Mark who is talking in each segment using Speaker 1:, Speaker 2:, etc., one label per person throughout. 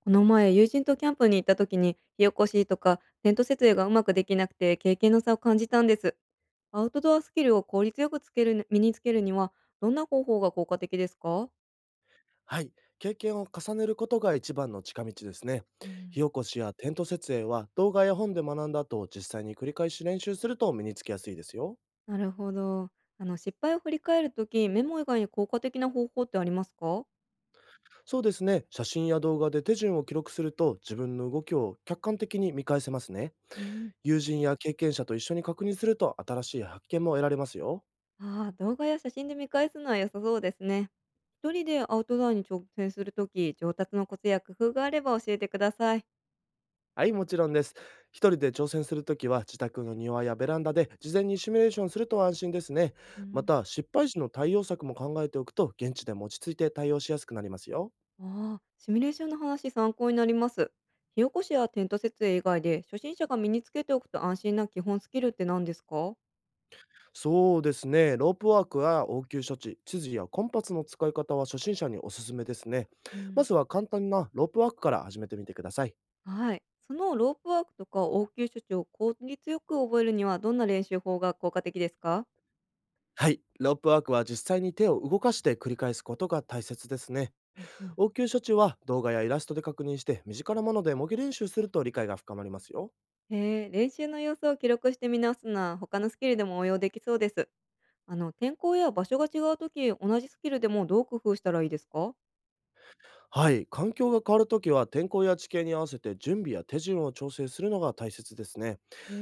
Speaker 1: この前、友人とキャンプに行った時に、火起こしとかテント設営がうまくできなくて経験の差を感じたんです。アウトドアスキルを効率よくつける身につけるには、どんな方法が効果的ですか？
Speaker 2: はい。経験を重ねることが一番の近道ですね。
Speaker 1: う
Speaker 2: 火
Speaker 1: ん、
Speaker 2: 起こしやテント設営は動画や本で学んだ後、実際に繰り返し練習すると身につきやすいですよ。
Speaker 1: なるほど。失敗を振り返るとき、メモ以外に効果的な方法ってありますか？
Speaker 2: そうですね。写真や動画で手順を記録すると自分の動きを客観的に見返せますね。
Speaker 1: うん、
Speaker 2: 友人や経験者と一緒に確認すると新しい発見も得られますよ。
Speaker 1: ああ、動画や写真で見返すのは良さそうですね。一人でアウトドアに挑戦するとき、上達のコツや工夫があれば教えてください。
Speaker 2: はい、もちろんです。一人で挑戦するときは、自宅の庭やベランダで事前にシミュレーションすると安心ですね。
Speaker 1: う
Speaker 2: ま
Speaker 1: ん。
Speaker 2: た、失敗時の対応策も考えておくと、現地でも落ち着いて対応しやすくなりますよ。
Speaker 1: ああ、シミュレーションの話参考になります。火起こしやテント設営以外で初心者が身につけておくと安心な基本スキルって何ですか？
Speaker 2: そうですね。ロープワークや応急処置、地図やコンパスの使い方は初心者におすすめですね。
Speaker 1: う
Speaker 2: ま
Speaker 1: ん。
Speaker 2: ずは簡単なロープワークから始めてみてください。
Speaker 1: はい。そのロープワークとか応急処置を効率よく覚えるにはどんな練習法が効果的ですか？
Speaker 2: はい、ロープワークは実際に手を動かして繰り返すことが大切ですね。
Speaker 1: うんうん。
Speaker 2: 応急処置は動画やイラストで確認して、身近なもので模擬練習すると理解が深まりますよ。
Speaker 1: へえ、練習の様子を記録して見直すのは他のスキルでも応用できそうです。天候や場所が違うとき、同じスキルでもどう工夫したらいいですか？
Speaker 2: はい、環境が変わるときは天候や地形に合わせて準備や手順を調整するのが大切ですね。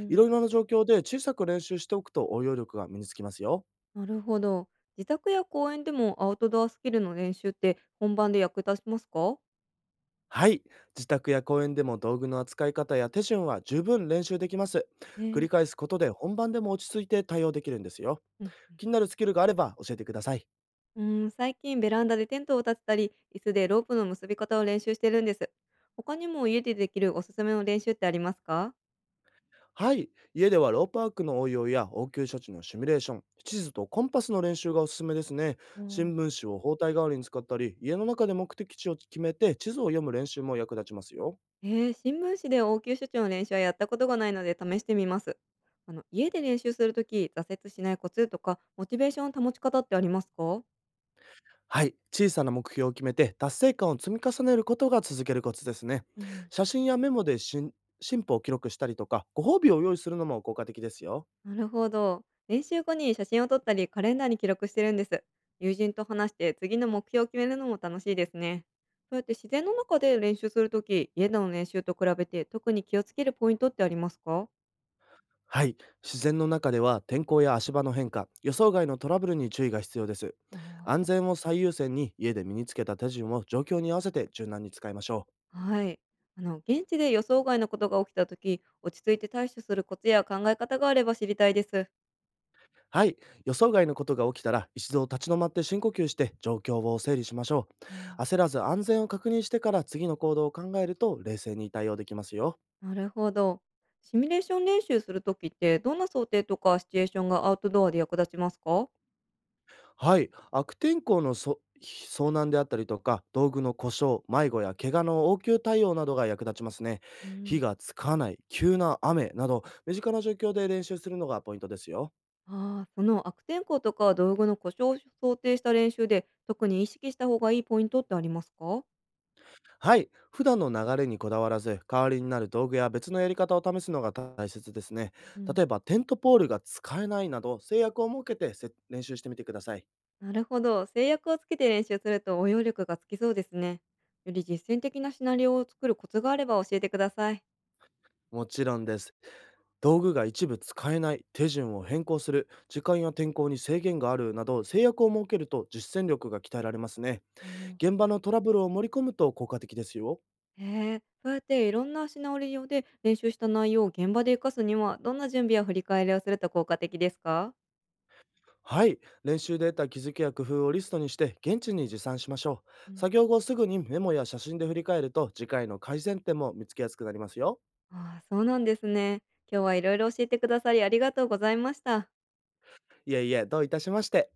Speaker 2: いろいろな状況で小さく練習しておくと応用力が身につきますよ。
Speaker 1: なるほど。自宅や公園でもアウトドアスキルの練習って本番で役立ちますか？
Speaker 2: はい、自宅や公園でも道具の扱い方や手順は十分練習できます。繰
Speaker 1: ね。
Speaker 2: り返すことで本番でも落ち着いて対応できるんですよ。
Speaker 1: うん。
Speaker 2: 気になるスキルがあれば教えてください。
Speaker 1: うーん、最近ベランダでテントを立てたり、椅子でロープの結び方を練習してるんです。他にも家でできるおすすめの練習ってありますか？
Speaker 2: はい。家ではロープワークの応用や応急処置のシミュレーション、地図とコンパスの練習がおすすめですね。
Speaker 1: うん。
Speaker 2: 新聞紙を包帯代わりに使ったり、家の中で目的地を決めて地図を読む練習も役立ちますよ。
Speaker 1: えー、新聞紙で応急処置の練習はやったことがないので試してみます。家で練習するとき、挫折しないコツとか、モチベーションの保ち方ってありますか？
Speaker 2: はい。小さな目標を決めて達成感を積み重ねることが続けるコツですね。
Speaker 1: うん。
Speaker 2: 写真やメモで進歩を記録したりとか、ご褒美を用意するのも効果的ですよ。
Speaker 1: なるほど。練習後に写真を撮ったりカレンダーに記録してるんです。友人と話して次の目標を決めるのも楽しいですね。そうやって自然の中で練習するとき、家での練習と比べて特に気をつけるポイントってありますか？
Speaker 2: はい。自然の中では天候や足場の変化、予想外のトラブルに注意が必要です。
Speaker 1: あー。
Speaker 2: 安全を最優先に、家で身につけた手順を状況に合わせて柔軟に使いましょう。
Speaker 1: はい。現地で予想外のことが起きたとき、落ち着いて対処するコツや考え方があれば知りたいです。
Speaker 2: はい。予想外のことが起きたら、一度立ち止まって深呼吸して状況を整理しましょ
Speaker 1: ーあ
Speaker 2: う。
Speaker 1: ー。
Speaker 2: 焦らず安全を確認してから次の行動を考えると、冷静に対応できますよ。
Speaker 1: なるほど。シミュレーション練習するときって、どんな想定とかシチュエーションがアウトドアで役立ちますかー？
Speaker 2: はい、悪天候の遭難であったりとか、道具の故障、迷子や怪我の応急対応などが役立ちますね。
Speaker 1: うん。
Speaker 2: 火がつかない、急な雨など、身近な状況で練習するのがポイントですよ。
Speaker 1: ああ、その悪天候とか道具の故障を想定した練習で特に意識した方がいいポイントってありますか？
Speaker 2: はい、普段の流れにこだわらず、代わりになる道具や別のやり方を試すのが大切ですね。
Speaker 1: うん。
Speaker 2: 例えば、テントポールが使えないなど、制約を設けて練習してみてください。
Speaker 1: なるほど。制約をつけて練習すると応用力がつきそうですね。より実践的なシナリオを作るコツがあれば教えてください。
Speaker 2: もちろんです。道具が一部使えない、手順を変更する、時間や天候に制限があるなど、制約を設けると実践力が鍛えられますね。
Speaker 1: うん。
Speaker 2: 現場のトラブルを盛り込むと効果的ですよ。
Speaker 1: へえ、そうやっていろんなシナリオで練習した内容を現場で活かすにはどんな準備や振り返りをすると効果的ですか？
Speaker 2: はい、練習で得た気づきや工夫をリストにして現地に持参しましょう。
Speaker 1: うん。
Speaker 2: 作業後すぐにメモや写真で振り返ると、次回の改善点も見つけやすくなりますよ。
Speaker 1: ああ、そうなんですね。今日はいろいろ教えてくださりありがとうございました。
Speaker 2: いえいえ、どういたしまして。